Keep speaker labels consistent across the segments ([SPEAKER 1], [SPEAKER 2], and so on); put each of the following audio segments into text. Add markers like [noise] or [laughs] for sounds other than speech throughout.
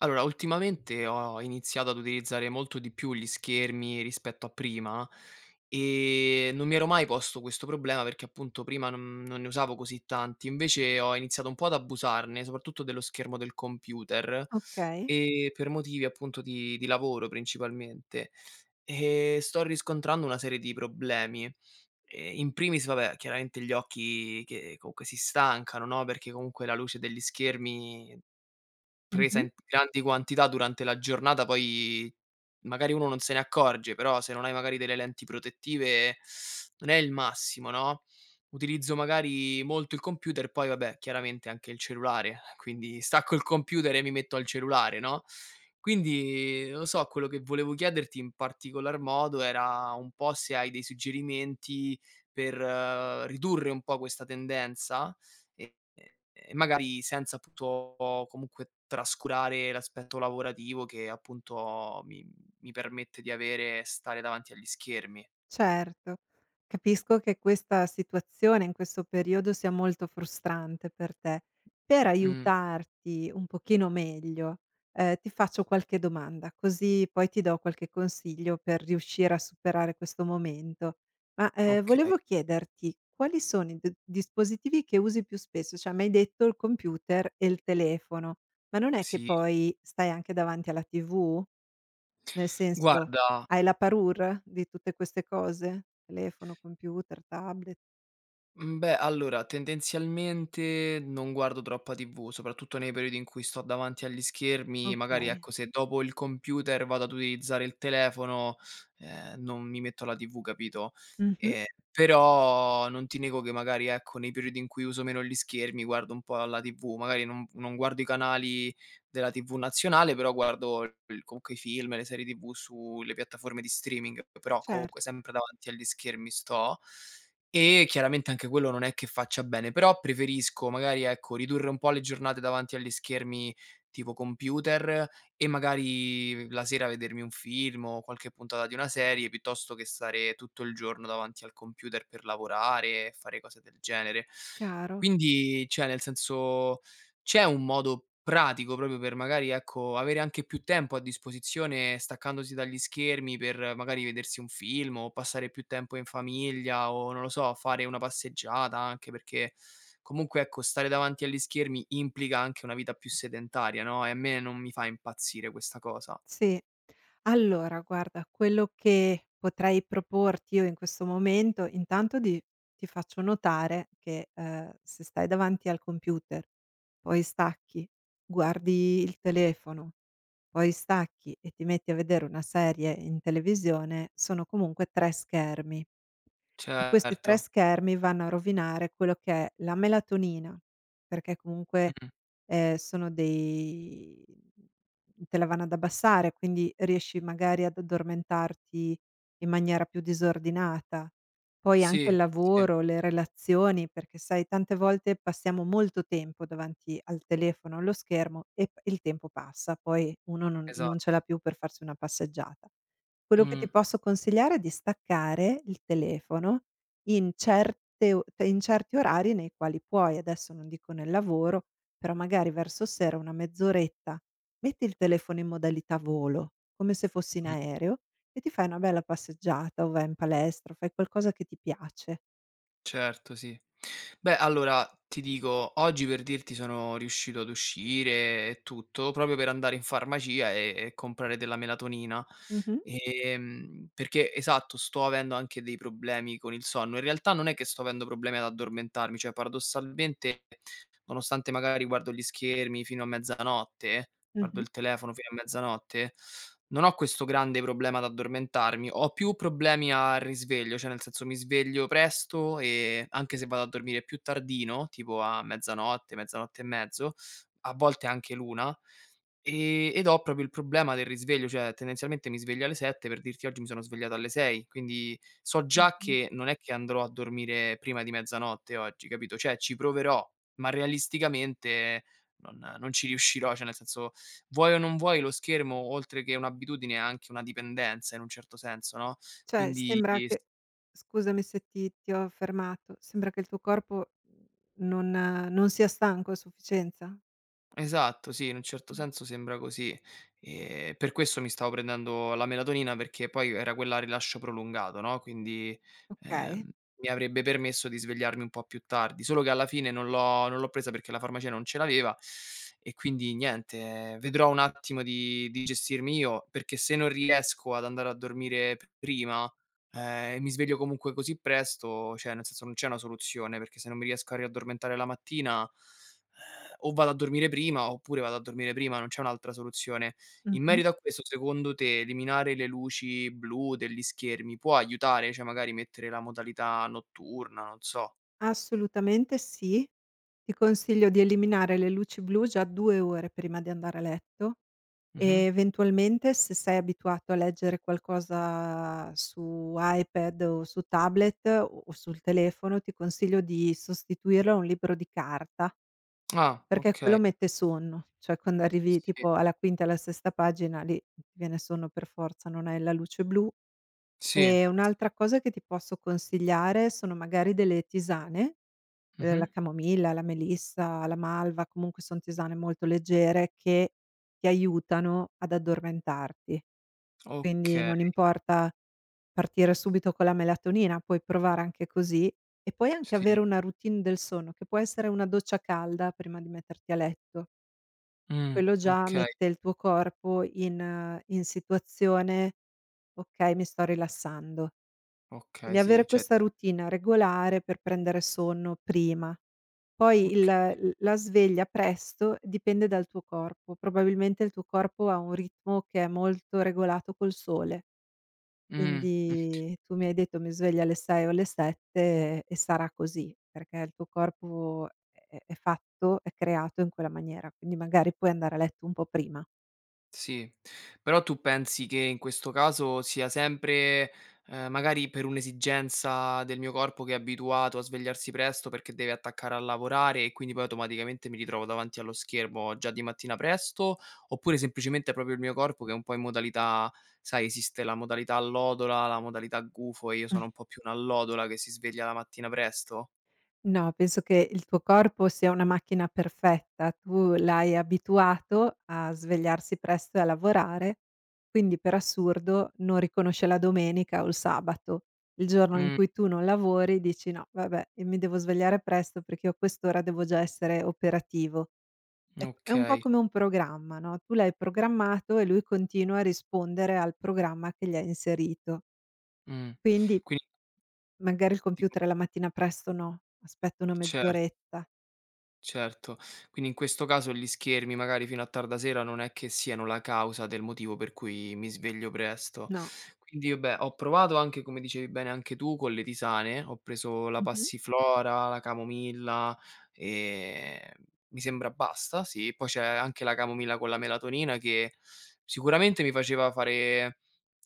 [SPEAKER 1] Allora, ultimamente ho iniziato ad utilizzare molto di più gli schermi rispetto a prima e non mi ero mai posto questo problema perché appunto prima non ne usavo così tanti, invece ho iniziato un po' ad abusarne, soprattutto dello schermo del computer
[SPEAKER 2] Okay.
[SPEAKER 1] e per motivi appunto di lavoro principalmente. E sto riscontrando una serie di problemi. E in primis, vabbè, chiaramente gli occhi che comunque si stancano, no? Perché comunque la luce degli schermi presa
[SPEAKER 2] Mh-mh.
[SPEAKER 1] in grandi quantità durante la giornata poi magari uno non se ne accorge, però se non hai magari delle lenti protettive non è il massimo, no, utilizzo magari molto il computer, poi vabbè chiaramente anche il cellulare, [laughs] quindi stacco il computer e mi metto al cellulare, no, quindi non lo so, quello che volevo chiederti in particolar modo era un po' se hai dei suggerimenti per ridurre un po' questa tendenza? E e magari senza appunto comunque trascurare l'aspetto lavorativo che appunto mi permette di avere stare davanti agli schermi.
[SPEAKER 2] Certo. Capisco che questa situazione, in questo periodo, sia molto frustrante per te. Per
[SPEAKER 1] Mh,
[SPEAKER 2] aiutarti un pochino meglio, ti faccio qualche domanda, così poi ti do qualche consiglio per riuscire a superare questo momento. Ma,
[SPEAKER 1] okay,
[SPEAKER 2] volevo chiederti quali sono i d dispositivi che usi più spesso? Cioè, mi hai detto il computer e il telefono, ma non è che
[SPEAKER 1] sì.
[SPEAKER 2] poi stai anche davanti alla TV? Nel senso,
[SPEAKER 1] Guarda,
[SPEAKER 2] hai la parure di tutte queste cose? Telefono, computer, tablet.
[SPEAKER 1] Mhmm, beh, allora tendenzialmente non guardo troppa TV, soprattutto nei periodi in cui sto davanti agli schermi, magari
[SPEAKER 2] Okay.
[SPEAKER 1] ecco, se dopo il computer vado ad utilizzare il telefono, non mi metto la TV, capito?
[SPEAKER 2] Mh-mh.
[SPEAKER 1] Ehm, Però non ti nego che magari ecco, nei periodi in cui uso meno gli schermi guardo un po' la TV, magari non guardo i canali della TV nazionale, però guardo il comunque i film, le serie TV sulle piattaforme di streaming, però
[SPEAKER 2] Certo,
[SPEAKER 1] comunque sempre davanti agli schermi sto. E chiaramente anche quello non è che faccia bene, però preferisco magari, ecco, ridurre un po' le giornate davanti agli schermi tipo computer e magari la sera vedermi un film o qualche puntata di una serie, piuttosto che stare tutto il giorno davanti al computer per lavorare e fare cose del genere.
[SPEAKER 2] chiaro.
[SPEAKER 1] Quindi, cioè nel senso c'è un modo pratico proprio per magari, ecco, avere anche più tempo a disposizione staccandosi dagli schermi per magari vedersi un film o passare più tempo in famiglia o, non lo so, fare una passeggiata anche perché comunque, ecco, stare davanti agli schermi implica anche una vita più sedentaria, no, e a me non mi fa impazzire questa cosa.
[SPEAKER 2] Sì. Allora guarda, quello che potrei proporti io in questo momento, intanto di ti faccio notare che, se stai davanti al computer, poi stacchi, guardi il telefono, poi stacchi e ti metti a vedere una serie in televisione, sono comunque 3 schermi. E questi
[SPEAKER 1] Certo.
[SPEAKER 2] 3 schermi vanno a rovinare quello che è la melatonina, perché comunque,
[SPEAKER 1] Mh-mh.
[SPEAKER 2] sono dei te la vanno ad abbassare, quindi riesci magari ad addormentarti in maniera più disordinata. Poi anche
[SPEAKER 1] Sì,
[SPEAKER 2] il
[SPEAKER 1] sì,
[SPEAKER 2] lavoro, le relazioni, perché sai tante volte passiamo molto tempo davanti al telefono o allo schermo e p il tempo passa, poi uno non ce
[SPEAKER 1] esatto.
[SPEAKER 2] l'ha più per farsi una passeggiata. Quello che ti
[SPEAKER 1] Mh.
[SPEAKER 2] posso consigliare è di staccare il telefono in certe o in certi orari nei quali puoi, adesso non dico nel lavoro, però magari verso sera una mezz'oretta metti il telefono in modalità volo, come se fossi in aereo, e ti fai una bella passeggiata o vai in palestra o fai qualcosa che ti piace.
[SPEAKER 1] Certo, sì. Beh, allora ti dico, oggi per dirti sono riuscito ad uscire e tutto, proprio per andare in farmacia e comprare della melatonina.
[SPEAKER 2] Mh-mh,
[SPEAKER 1] Perché esatto, sto avendo anche dei problemi con il sonno. In realtà non è che sto avendo problemi ad addormentarmi, cioè paradossalmente, nonostante magari guardo gli schermi fino a mezzanotte, guardo
[SPEAKER 2] mh-mh.
[SPEAKER 1] il telefono fino a mezzanotte, non ho questo grande problema ad addormentarmi, ho più problemi al risveglio, cioè nel senso mi sveglio presto e anche se vado a dormire più tardino, tipo a mezzanotte, mezzanotte e mezzo, a volte anche l'1, ed ho proprio il problema del risveglio, cioè tendenzialmente mi sveglio alle 7, per dirti oggi mi sono svegliato alle 6, quindi so già
[SPEAKER 2] Mh-mh.
[SPEAKER 1] che non è che andrò a dormire prima di mezzanotte oggi, capito, cioè ci proverò, ma realisticamente non ci riuscirò, cioè nel senso vuoi o non vuoi lo schermo oltre che un'abitudine è anche una dipendenza in un certo senso, no,
[SPEAKER 2] Cioè
[SPEAKER 1] quindi
[SPEAKER 2] sembra
[SPEAKER 1] s
[SPEAKER 2] che scusami se ti ho fermato, sembra che il tuo corpo non sia stanco a sufficienza?
[SPEAKER 1] esatto, sì, in un certo
[SPEAKER 2] Mh.
[SPEAKER 1] senso sembra così. Per questo mi stavo prendendo la melatonina, perché poi era quella a rilascio prolungato, no, quindi,
[SPEAKER 2] Okay.
[SPEAKER 1] ehm, mi avrebbe permesso di svegliarmi un po' più tardi, solo che alla fine non l'ho presa perché la farmacia non ce l'aveva e quindi niente, vedrò un attimo di gestirmi io, perché se non riesco ad andare a dormire p prima, ehm, e mi sveglio comunque così presto, cioè nel senso non c'è una soluzione, perché se non mi riesco a riaddormentare la mattina o vado a dormire prima, oppure vado a dormire prima, non c'è un'altra soluzione. In
[SPEAKER 2] Mh-mh.
[SPEAKER 1] merito a questo, secondo te, eliminare le luci blu degli schermi può aiutare? Cioè, magari mettere la modalità notturna, non so.
[SPEAKER 2] Assolutamente sì. Ti consiglio di eliminare le luci blu già 2 ore prima di andare a letto e
[SPEAKER 1] Mh-mh.
[SPEAKER 2] eventualmente, se sei abituato a leggere qualcosa su iPad o su tablet o sul telefono, ti consiglio di sostituirlo a un libro di carta,
[SPEAKER 1] Ah,
[SPEAKER 2] perché quello
[SPEAKER 1] okay.
[SPEAKER 2] mette sonno. Cioè quando arrivi
[SPEAKER 1] Sì,
[SPEAKER 2] tipo alla quinta, e alla sesta pagina lì ti viene sonno per forza, non hai la luce blu.
[SPEAKER 1] sì.
[SPEAKER 2] E un'altra cosa che ti posso consigliare sono magari delle tisane la
[SPEAKER 1] Mh-mh.
[SPEAKER 2] camomilla, la melissa, la malva, comunque son tisane molto leggere che ti aiutano ad addormentarti. Quindi
[SPEAKER 1] Okay,
[SPEAKER 2] non importa partire subito con la melatonina, puoi provare anche così e puoi anche
[SPEAKER 1] sì.
[SPEAKER 2] avere una routine del sonno, che può essere una doccia calda prima di metterti a letto.
[SPEAKER 1] Mh,
[SPEAKER 2] Quello già
[SPEAKER 1] okay,
[SPEAKER 2] mette il tuo corpo in in situazione: "Okay, mi sto rilassando".
[SPEAKER 1] okay,
[SPEAKER 2] Quindi
[SPEAKER 1] sì,
[SPEAKER 2] avere
[SPEAKER 1] cioè
[SPEAKER 2] questa routine regolare per prendere sonno prima. Poi il
[SPEAKER 1] okay.
[SPEAKER 2] l la sveglia presto dipende dal tuo corpo. Probabilmente il tuo corpo ha un ritmo che è molto regolato col sole,
[SPEAKER 1] Mh.
[SPEAKER 2] quindi tu mi hai detto: "Mi sveglio alle 6 o alle 7" e sarà così, perché il tuo corpo è fatto, è creato in quella maniera, quindi magari puoi andare a letto un po' prima.
[SPEAKER 1] Sì, però tu pensi che in questo caso sia sempre, magari per un'esigenza del mio corpo che è abituato a svegliarsi presto perché deve attaccare a lavorare e quindi poi automaticamente mi ritrovo davanti allo schermo già di mattina presto, oppure semplicemente è proprio il mio corpo che è un po' in modalità, sai, esiste la modalità allodola, la modalità gufo e io sono un po' più un'allodola che si sveglia la mattina presto?
[SPEAKER 2] No, penso che il tuo corpo sia una macchina perfetta. Tu l'hai abituato a svegliarsi presto e a lavorare, quindi per assurdo non riconosce la domenica o il sabato. Il giorno in
[SPEAKER 1] Mh,
[SPEAKER 2] cui tu non lavori dici: "No, vabbè, e mi devo svegliare presto perché io a quest'ora devo già essere operativo." È un po'
[SPEAKER 1] okay,
[SPEAKER 2] come un programma, no, tu l'hai programmato e lui continua a rispondere al programma che gli hai inserito.
[SPEAKER 1] mh.
[SPEAKER 2] Quindi
[SPEAKER 1] Quindi
[SPEAKER 2] magari il
[SPEAKER 1] ti
[SPEAKER 2] computer la mattina presto no, aspetta una
[SPEAKER 1] Certo.
[SPEAKER 2] mezz'oretta.
[SPEAKER 1] Certo. Quindi in questo caso gli schermi magari fino a tarda sera non è che siano la causa del motivo per cui mi sveglio presto.
[SPEAKER 2] No.
[SPEAKER 1] Quindi vabbè, ho provato anche, come dicevi bene anche tu, con le tisane, ho preso la
[SPEAKER 2] Mh-mh.
[SPEAKER 1] passiflora, la camomilla e mi sembra basta, sì. Poi c'è anche la camomilla con la melatonina che sicuramente mi faceva fare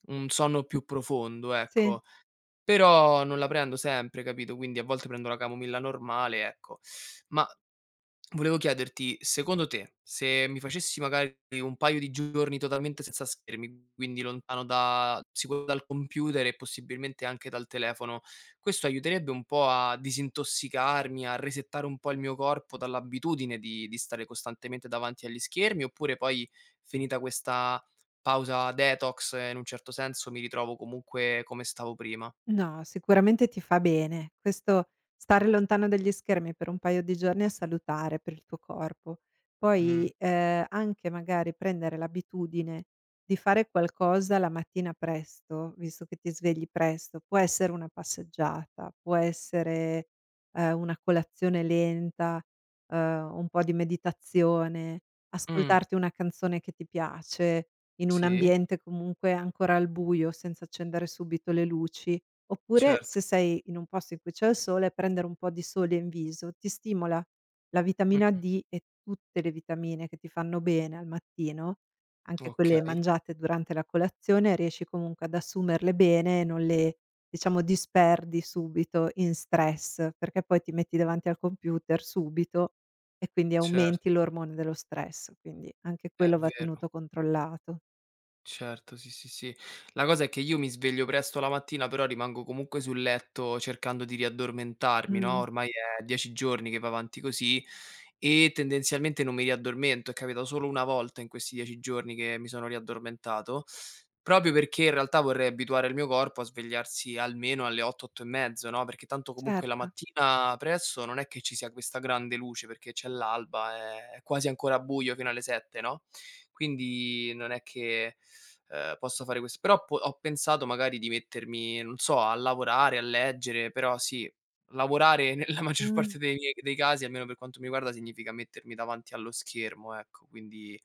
[SPEAKER 1] un sonno più profondo,
[SPEAKER 2] Sì.
[SPEAKER 1] ecco. Però non la prendo sempre, capito? Quindi a volte prendo la camomilla normale, ecco. Ma Volevo chiederti, secondo te, se mi facessi magari un paio di giorni totalmente senza schermi, quindi lontano da sicuro dal computer e possibilmente anche dal telefono, questo aiuterebbe un po' a disintossicarmi, a resettare un po' il mio corpo dall'abitudine di stare costantemente davanti agli schermi, oppure poi finita questa pausa detox, in un certo senso mi ritrovo comunque come stavo prima?
[SPEAKER 2] No, sicuramente ti fa bene. Questo stare lontano dagli schermi per un paio di giorni è salutare per il tuo corpo.
[SPEAKER 1] Mh.
[SPEAKER 2] Poi, anche magari prendere l'abitudine di fare qualcosa la mattina presto, visto che ti svegli presto, può essere una passeggiata, può essere, una colazione lenta, un po' di meditazione,
[SPEAKER 1] Mh,
[SPEAKER 2] ascoltarti una canzone che ti piace in un
[SPEAKER 1] sì,
[SPEAKER 2] ambiente comunque ancora al buio, senza accendere subito le luci. Oppure,
[SPEAKER 1] certo.
[SPEAKER 2] se sei in un posto in cui c'è il sole, prendere un po' di sole in viso ti stimola la vitamina
[SPEAKER 1] Mh,
[SPEAKER 2] D e tutte le vitamine che ti fanno bene al mattino, anche quelle
[SPEAKER 1] okay,
[SPEAKER 2] mangiate durante la colazione, riesci comunque ad assumerle bene e non le, diciamo, disperdi subito in stress, perché poi ti metti davanti al computer subito e quindi
[SPEAKER 1] certo,
[SPEAKER 2] aumenti l'ormone dello stress, quindi anche
[SPEAKER 1] è
[SPEAKER 2] quello va
[SPEAKER 1] vero.
[SPEAKER 2] tenuto controllato.
[SPEAKER 1] Certo, sì, sì, sì. La cosa è che io mi sveglio presto la mattina, però rimango comunque sul letto cercando di riaddormentarmi, no,
[SPEAKER 2] Mh,
[SPEAKER 1] ormai è 10 giorni che va avanti così e tendenzialmente non mi riaddormento. È capitato solo una volta in questi 10 giorni che mi sono riaddormentato, proprio perché in realtà vorrei abituare il mio corpo a svegliarsi almeno alle 8, 8 e mezzo, no, perché tanto comunque la
[SPEAKER 2] certo.
[SPEAKER 1] mattina presto non è che ci sia questa grande luce, perché c'è l'alba, è quasi ancora buio fino alle 7, no, quindi non è che, posso fare questo però po ho pensato magari di mettermi, non so, a lavorare, a leggere, però sì, lavorare [laughs] nella maggior
[SPEAKER 2] Mh.
[SPEAKER 1] parte dei casi, almeno per quanto mi riguarda, significa mettermi davanti allo schermo, ecco, quindi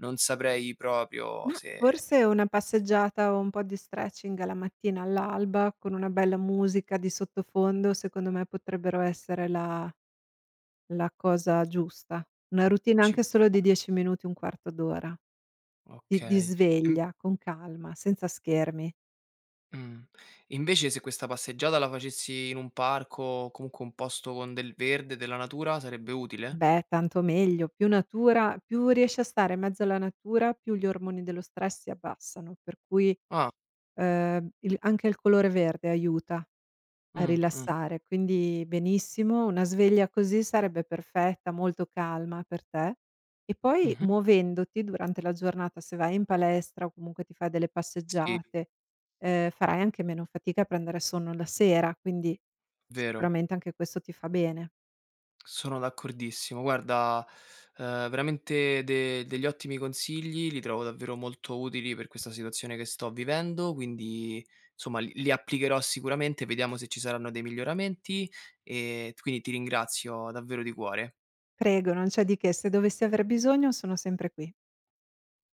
[SPEAKER 1] non saprei proprio
[SPEAKER 2] Mah,
[SPEAKER 1] se
[SPEAKER 2] forse una passeggiata o un po' di stretching alla mattina, all'alba, con una bella musica di sottofondo, secondo me potrebbero essere la cosa giusta. Una routine
[SPEAKER 1] ci
[SPEAKER 2] anche
[SPEAKER 1] può
[SPEAKER 2] solo di
[SPEAKER 1] stare.
[SPEAKER 2] 10 minuti, un quarto d'ora, di
[SPEAKER 1] Okay. Mh,
[SPEAKER 2] sveglia, con calma, senza schermi.
[SPEAKER 1] mh. Invece se questa passeggiata la facessi in un parco o comunque un posto con del verde, della natura, sarebbe utile?
[SPEAKER 2] Beh, tanto meglio, più natura più riesci a stare in mezzo alla natura, più gli ormoni dello stress si abbassano, per cui,
[SPEAKER 1] Ah,
[SPEAKER 2] il anche il colore verde aiuta. A
[SPEAKER 1] mh, mh,
[SPEAKER 2] rilassare, quindi benissimo, una sveglia così sarebbe perfetta, molto calma per te. E poi
[SPEAKER 1] mh-mh.
[SPEAKER 2] muovendoti durante la giornata, se vai in palestra o comunque ti fai delle
[SPEAKER 1] Sì,
[SPEAKER 2] passeggiate, farai anche meno fatica a prendere sonno la sera, quindi
[SPEAKER 1] vero.
[SPEAKER 2] sicuramente anche questo ti fa bene.
[SPEAKER 1] Sono d'accordissimo. Guarda, veramente de degli ottimi consigli, li trovo davvero molto utili per questa situazione che sto vivendo, quindi insomma li applicherò sicuramente, vediamo se ci saranno dei miglioramenti, t quindi ti ringrazio davvero di cuore.
[SPEAKER 2] Prego, non c'è di che, se dovessi aver bisogno sono sempre qui.